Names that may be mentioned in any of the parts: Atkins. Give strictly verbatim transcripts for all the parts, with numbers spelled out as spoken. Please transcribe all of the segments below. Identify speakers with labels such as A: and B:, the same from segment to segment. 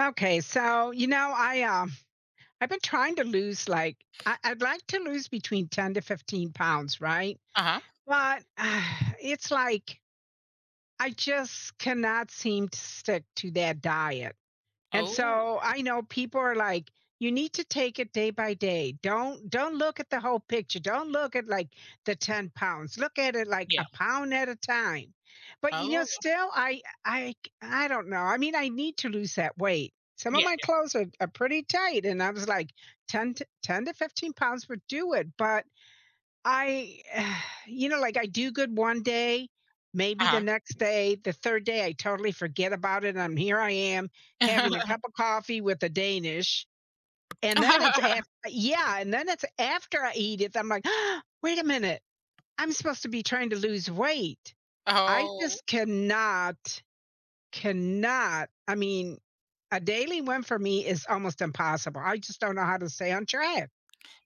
A: Okay, so you know, I um, I've been trying to lose like I, I'd like to lose between ten to fifteen pounds, right?
B: Uh-huh.
A: But uh, it's like I just cannot seem to stick to that diet. And
B: Oh,
A: so I know people are like, you need to take it day by day. Don't don't look at the whole picture. Don't look at like the ten pounds. Look at it like
B: yeah.
A: a pound at a time. But you know,
B: Oh,
A: still I I I don't know. I mean, I need to lose that weight. Some of
B: yeah.
A: my clothes are, are pretty tight. And I was like, ten to, ten to fifteen pounds would do it. But I you know, like, I do good one day, maybe the
B: Yeah.
A: next day, the third day, I totally forget about it, I'm here I am having a
B: Uh-huh.
A: cup of coffee with a Danish, and then it's after, yeah, and then it's after I eat it, I'm like, "Wait a minute, I'm supposed to be trying to lose weight." I
B: Oh.
A: just cannot, cannot I mean, a daily one for me is almost impossible, I just don't know how to stay on track.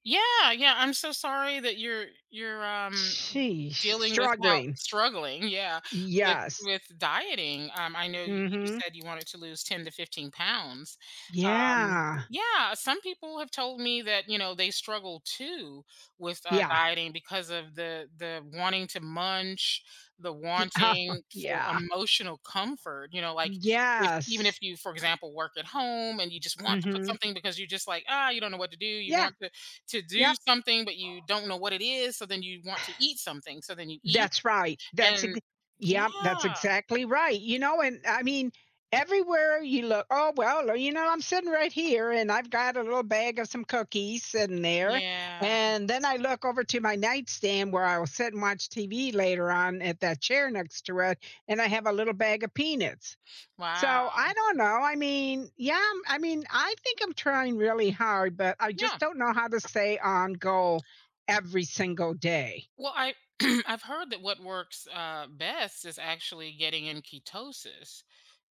B: Yeah, yeah. I'm so sorry that you're you're um
A: Sheesh,
B: dealing with how
A: struggling.
B: struggling, yeah, with
A: Yes.
B: with dieting. Um, I know you you
A: Mhm.
B: said you wanted to lose ten to fifteen pounds. Um,
A: Yeah.
B: yeah, some people have told me that, you know, they struggle too with uh,
A: Yeah.
B: dieting because of the the wanting to munch, the
A: Ye
B: wanting for
A: yeah.
B: emotional comfort, you know, like, if even if
A: Yes.
B: you, for example, work at home and you just want to put
A: Mhm.
B: something because you're just like, ah you don't know what to do, you
A: Yeah.
B: want to to do
A: Yep.
B: something, but you don't know what it is, so then you want to eat something, so then you eat
A: That's right. That's
B: and
A: ex Yep, that's
B: yeah,
A: exactly right. You know, and I mean, everywhere you look, "Oh, well, uh, you know, I'm sitting right here, and I've got a little bag of some cookies sitting there."
B: yeah.
A: And then I look over to my nightstand where I will sit and watch T V later on at that chair next to it, and I have a little bag of peanuts. So, I
B: Wow.
A: don't know, I mean, yeah, I'm I mean, I think I'm trying really hard, but I
B: Yeah.
A: just don't know how to stay on goal every single day.
B: Well, I I've heard that what works, uh, best is actually getting in ketosis.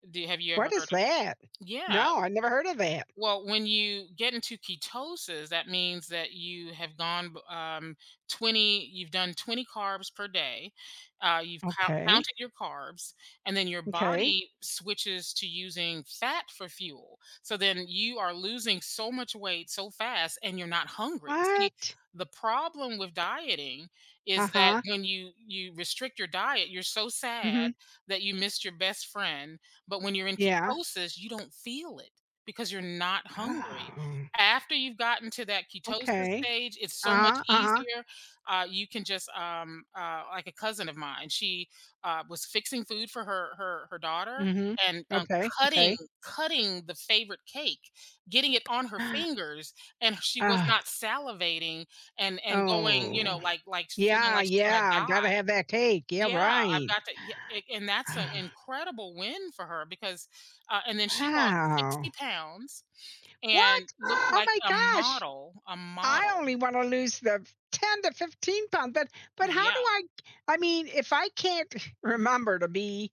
B: Do have you ever
A: What is
B: heard of—
A: that?
B: Yeah.
A: No, I never heard of that.
B: Well, when you get into ketosis, that means that you have gone b- um, twenty, you've done twenty carbs per day. Uh, you've count,
A: Okay,
B: counted your carbs, and then your
A: okay.
B: body switches to using fat for fuel. So then you are losing so much weight so fast and you're not hungry. See,
A: What?
B: the problem with dieting is that
A: Uh-huh,
B: when you you restrict your diet, you're so sad
A: mhm,
B: that you missed your best friend. But when you're in
A: yeah.
B: ketosis, you don't feel it because you're not hungry.
A: Oh,
B: After you've gotten to that ketosis
A: okay.
B: stage, it's so much
A: Uh-huh, uh-huh,
B: easier. Uh, you can just um, uh, like a cousin of mine, she uh, was fixing food for her her her daughter,
A: mhm.
B: and um,
A: Okay,
B: cutting
A: okay.
B: cutting the favorite cake, getting it on her fingers, and she was not
A: Ah,
B: salivating and and going, you know,
A: oh,
B: like like feeling
A: yeah,
B: like she's gonna
A: yeah, gotta
B: die.
A: have that cake, yeah,
B: Yeah, I've
A: right.
B: got to yeah, a and that's an
A: Ah,
B: incredible win for her because, uh, and then she lost 60
A: wow.
B: pounds and
A: What?
B: looked
A: Oh
B: like
A: my
B: a
A: gosh.
B: model, a
A: I
B: model.
A: only want to lose the ten to fifteen pound. But but how do
B: Yeah.
A: I I mean, if I can't
B: Mhm.
A: remember to be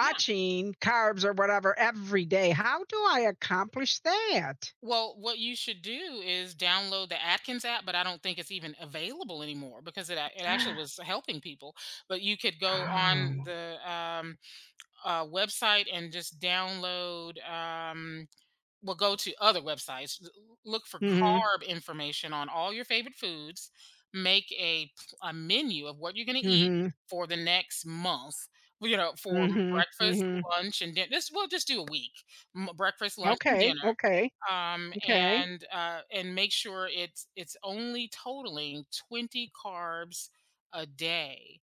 B: Yeah.
A: carbs or whatever every day, how do I accomplish that?
B: Well, what you should do is download the Atkins app, but I don't think it's even available anymore because it a- it actually was helping people. But you could go on
A: Oh.
B: the um, uh, website and just download. Um, Well, go to other websites. L- Look for
A: Mhm.
B: carb information on all your favorite foods. Make a p- a menu of what you're going to eat
A: Mhm.
B: for the next month. You know, for m-
A: Mhm.
B: breakfast,
A: Mhm.
B: lunch, and dinner. This we'll just do a week: M- breakfast, lunch, and
A: Okay.
B: dinner.
A: Okay.
B: Um,
A: Okay.
B: and uh, and make sure it's it's only totaling twenty carbs a day.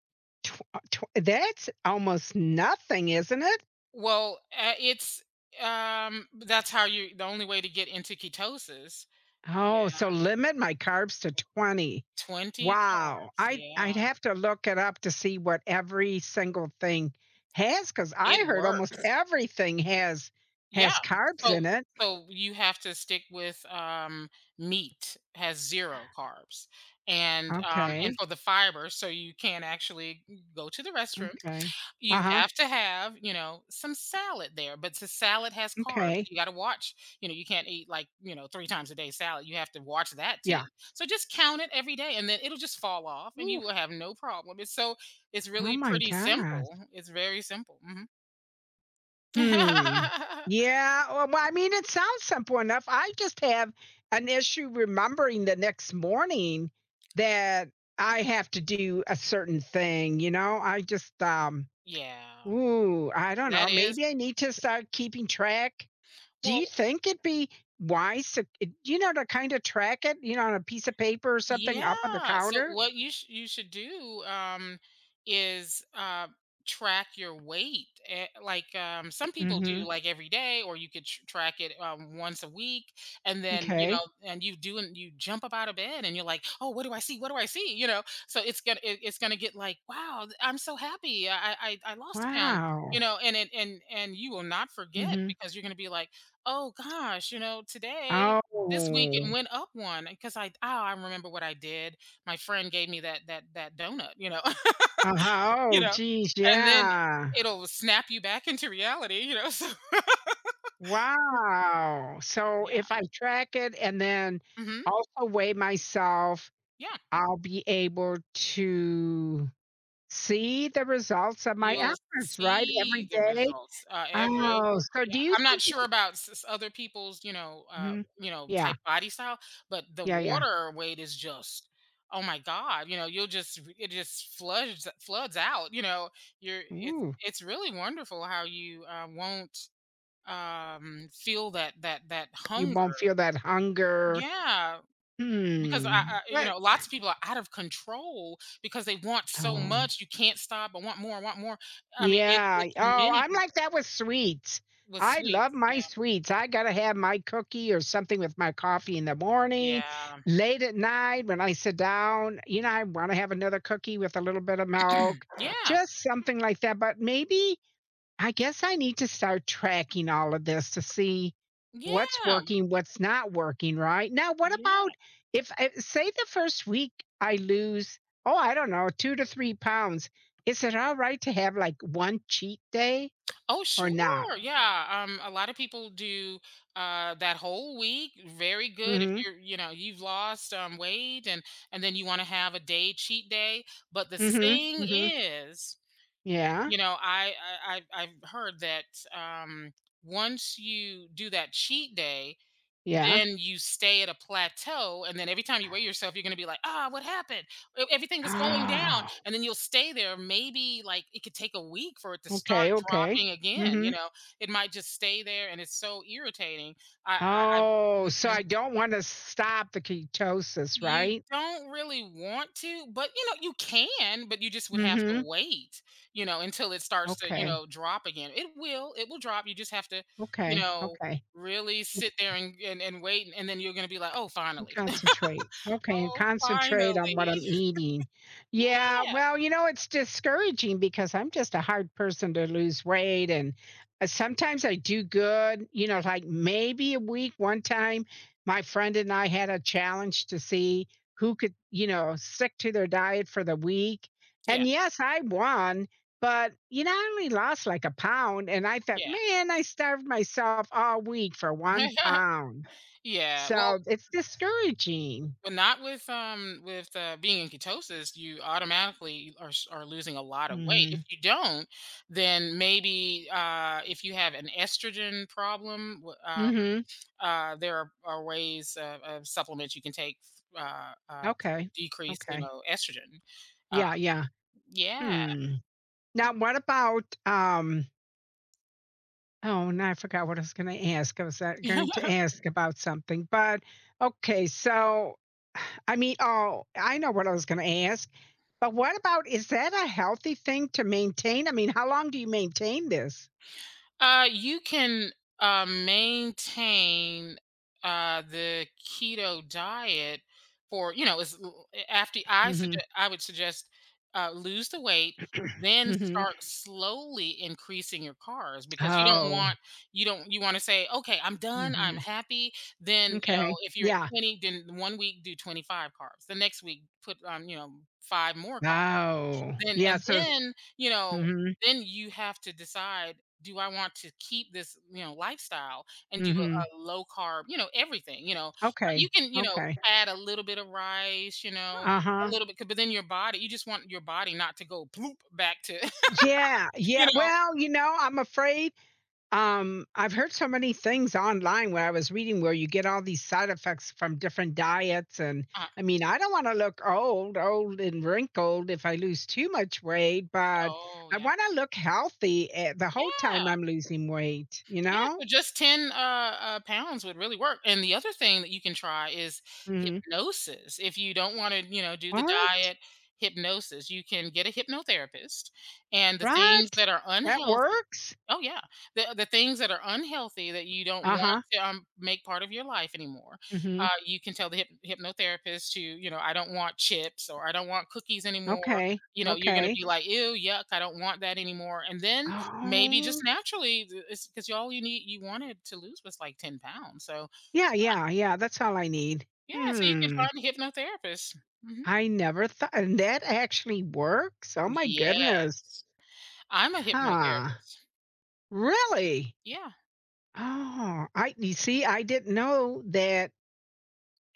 A: Tw- uh, tw- that's almost nothing, isn't it?
B: Well, uh, it's um, that's how you— the only way to get into ketosis.
A: Oh, so
B: Yeah.
A: limit my carbs to twenty.
B: twenty
A: Wow.
B: carbs,
A: I I'd
B: yeah.
A: have to look it up to see what every single thing has, because
B: It
A: I heard almost
B: works.
A: everything has
B: Yeah,
A: has carbs
B: so
A: in it.
B: so you have to stick with, um, meat has zero carbs, and, um, and
A: Okay,
B: for the fiber, so you can actually go to the restroom.
A: okay.
B: You
A: Uh-huh,
B: have to have, you know, some salad there, but the salad has carbs.
A: okay.
B: You gotta watch, you know, you can't eat like, you know, three times a day salad. You have to watch that too.
A: Yeah.
B: So just count it every day and then it'll just fall off and you will
A: Oof,
B: have no problem. It's so it's
A: oh
B: really
A: my
B: pretty
A: gosh.
B: simple. It's very simple. Mhm.
A: Hmm. Yeah, well, well, I mean, it sounds simple enough. I just have an issue remembering the next morning that I have to do a certain thing, you know? I just, um
B: Yeah.
A: Ooh, I don't
B: That
A: know.
B: is
A: Maybe I need to start keeping track. Do
B: Well.
A: you think it'd be wise to, eh, you know, to kind of track it, you know, on a piece of paper or something up on the
B: Yeah. So
A: counter?
B: what you sh- you should do, um, is uh, track your weight. eh, Like, um, some people do,
A: Mhm.
B: like every day, or you could tr- track it, um, once a week, and then, you know,
A: Okay.
B: and you do, and you jump up out of bed, and you're like, oh, what do I see? What do I see? You know. So it's gonna it, it's gonna get like, wow, th- I'm so happy. I I, I lost a pound. You
A: Wow.
B: know, and it and and you will not forget
A: Mhm.
B: because you're gonna be like, oh gosh, you know, today this week it
A: Oh.
B: went up one because I oh, I remember what I did. My friend gave me that that that donut, you know,
A: Uh-huh.
B: you
A: Oh,
B: know,
A: geez.
B: and then
A: Yeah.
B: it'll snap you back into reality, you know. So
A: Wow. So
B: yeah,
A: if I track it and then
B: hmm
A: also weigh myself,
B: yeah.
A: I'll be able to see the results of my
B: You'll
A: efforts, right? Every
B: see the
A: day.
B: results, uh, every
A: Oh, so
B: yeah,
A: do you
B: I'm not
A: think.
B: sure about s s other people's, you know, uh,
A: Mhm.
B: you know, type
A: Yeah.
B: body style, but the
A: Yeah, yeah.
B: water weight is just, oh my god, you know, you'll just it just floods floods out, you know, you're it's
A: Ooh,
B: it's really wonderful how you, uh, won't, um, feel that that that
A: you won't
B: hunger.
A: feel that hunger.
B: Yeah, because I,
A: Hmm,
B: I you
A: but
B: know, lots of people are out of control because they want so
A: oh,
B: much, you can't stop, I want more, I want more. I mean, it,
A: yeah.
B: it's
A: Oh,
B: many
A: I'm
B: people
A: like that with sweets.
B: with
A: I love
B: sweets,
A: my
B: yeah.
A: sweets. I gotta have my cookie or something with my coffee in the morning,
B: yeah
A: late at night when I sit down, you know, I wanna have another cookie with a little bit of milk,
B: Yeah,
A: just something like that, but maybe I guess I need to start tracking all of this to see what's
B: yeah,
A: working, what's not working, right? Now, what
B: yeah.
A: about if, I, say, the first week I lose, oh, I don't know, two to three pounds? Is it all right to have like one cheat day
B: Oh
A: or not?
B: sure, yeah, um a lot of people do, uh that whole week. Very good if
A: Mm
B: you're, you know, you've lost, um weight, and and then you want to have a day cheat day, but the
A: hmm. Mm hmm.
B: thing
A: Mm hmm.
B: is—
A: Yeah.
B: You know, I, I I've I've heard that, um, once you do that cheat day,
A: Yeah.
B: then you stay at a plateau, and then every time you weigh yourself, you're going to be like, ah, what happened? E- Everything was going down,
A: Oh,
B: and then you'll stay there. Maybe like it could take a week for it to start
A: okay. Okay.
B: dropping
A: Mm
B: again.
A: hmm.
B: You know, it might just stay there, and it's so irritating. I I, I
A: Oh, so
B: Mhm.
A: I don't want to stop the ketosis,
B: You
A: right?
B: don't really want to, but, you know, you can, but you just would have to
A: Mm
B: wait, you know, until it
A: hmm.
B: starts to, you
A: Okay.
B: know, drop again. It will, it will drop. You just have to, you
A: Okay.
B: know,
A: Okay.
B: really sit there and and, and wait, and then you're gonna be like, "Oh,
A: And
B: finally.
A: concentrate. Okay, and
B: Oh,
A: concentrate on what
B: finally."
A: I'm eating.
B: Yeah.
A: Yeah, well, you know, it's discouraging because I'm just a hard person to lose weight, and, uh, sometimes I do good, you know, like, maybe a week one time, my friend and I had a challenge to see who could, you know, stick to their diet for the week,
B: Yeah,
A: and yes, I won, but, you know, I only lost like a pound, and I thought,
B: yeah.
A: "Man, I starved myself all week for one pound.
B: Yeah, well,
A: So, it's discouraging.
B: but not with, um, with, uh, being in ketosis, you automatically are s are losing a lot of weight. If
A: Mhm.
B: you don't, then maybe, uh, if you have an estrogen problem, w um,
A: Mhm.
B: uh, there are are ways of of supplements you can take, uh, uh, to
A: Okay.
B: decrease, you
A: Okay.
B: know, estrogen. Um,
A: Yeah, yeah.
B: yeah.
A: Hmm. Now what about, um oh, now I forgot what I was gonna ask. I was, uh, going to ask about something, but okay, so I mean oh, I know what I was gonna ask, but what about is that a healthy thing to maintain? I mean, how long do you maintain this?
B: Uh, you can, uh, maintain, uh, the keto diet for, you know, is— after I suggest
A: Mhm.
B: I would suggest, uh, lose the weight, then
A: Mhm.
B: start slowly increasing your carbs because you don't want
A: Oh.
B: you don't you want to say, okay, I'm done, I'm
A: Mhm.
B: happy. Then, you know,
A: Okay.
B: if you're at
A: Yeah.
B: twenty, then one week do twenty-five carbs, the next week put, um you know, five more carbs.
A: Oh.
B: Then
A: Yeah,
B: And
A: so
B: then, you know,
A: mhm.
B: then you have to decide, do I want to keep this, you know, lifestyle and do
A: Mhm.
B: a, a low carb, you know, everything, you know. Uh,
A: Okay.
B: You can, you know,
A: Okay.
B: add a little bit of rice, you know, a
A: Uh-huh.
B: little bit, 'cause- but then your body, you just want your body not to go bloop back to,
A: Yeah,
B: you
A: yeah.
B: know,
A: Well, you know, I'm afraid, um, I've heard so many things online where I was reading where you get all these side effects from different diets, and,
B: uh,
A: I mean, I don't wanna look old old and wrinkled if I lose too much weight, but
B: oh
A: I
B: yeah.
A: wanna look healthy, eh, the whole
B: Yeah.
A: time I'm losing weight, you
B: Yeah,
A: know?
B: so just ten, uh, uh, pounds would really work, and the other thing that you can try is
A: Mhm.
B: hypnosis. If you don't wanna, you know, do the
A: What?
B: diet, hypnosis. You can get a hypnotherapist, and the things
A: What?
B: that are
A: That
B: unhealthy—
A: works?
B: Oh, yeah. The the things that are unhealthy that you don't want
A: Uh-huh.
B: to, um, make part of your life anymore,
A: Mhm.
B: uh, you can tell the hyp hypnotherapist to, you know, "I don't want chips," or, "I don't want cookies anymore."
A: Okay.
B: You know, you're gonna
A: Okay.
B: be like, "Ew, yuck, I don't want that anymore," and then— Maybe just
A: Oh.
B: naturally, th it's 'cause, you all you need you wanted to lose was like ten pounds, so
A: Yeah, yeah, yeah, that's all I need.
B: yeah, so you can
A: Hmm,
B: find a hypnotherapist. Mhm.
A: I never thought and that actually works? Oh my goodness.
B: Yes. I'm a
A: Huh.
B: hypnotherapist.
A: Really?
B: Yeah.
A: Oh, I you see, I didn't know that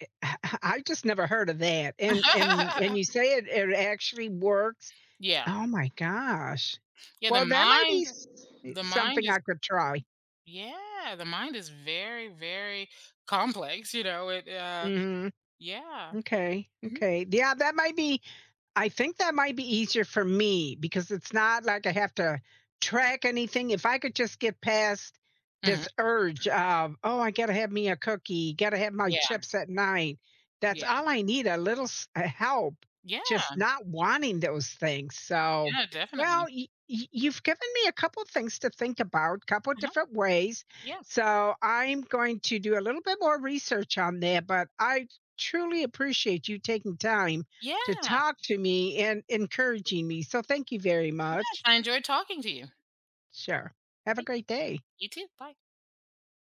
A: I just never heard of that, and and and you say it it actually works?
B: Yeah.
A: Oh my gosh.
B: Yeah, the
A: Well, that might be
B: mind
A: s
B: the mind
A: something
B: is,
A: I could try.
B: yeah, the mind is very, very complex, you know, it, uh
A: Mhm.
B: yeah.
A: Okay,
B: Mhm.
A: okay. Yeah, that might be I think that might be easier for me because it's not like I have to track anything. If I could just get past
B: Mhm.
A: this urge of, oh, I gotta have me a cookie, gotta have my
B: Yeah,
A: chips at night. That's
B: yeah.
A: all I need, a little s- uh, help,
B: Yeah,
A: just not wanting those things. So,
B: yeah,
A: well,
B: definitely.
A: y- y- you've given me a couple things to think about, couple
B: Uh-huh.
A: different ways.
B: Yeah.
A: So I'm going to do a little bit more research on that, but I truly appreciate you taking time
B: Yeah.
A: to talk to me and encouraging me. So thank you very
B: Yes,
A: much.
B: I enjoyed talking to you.
A: Sure. Have a
B: Okay,
A: great day.
B: you too, bye.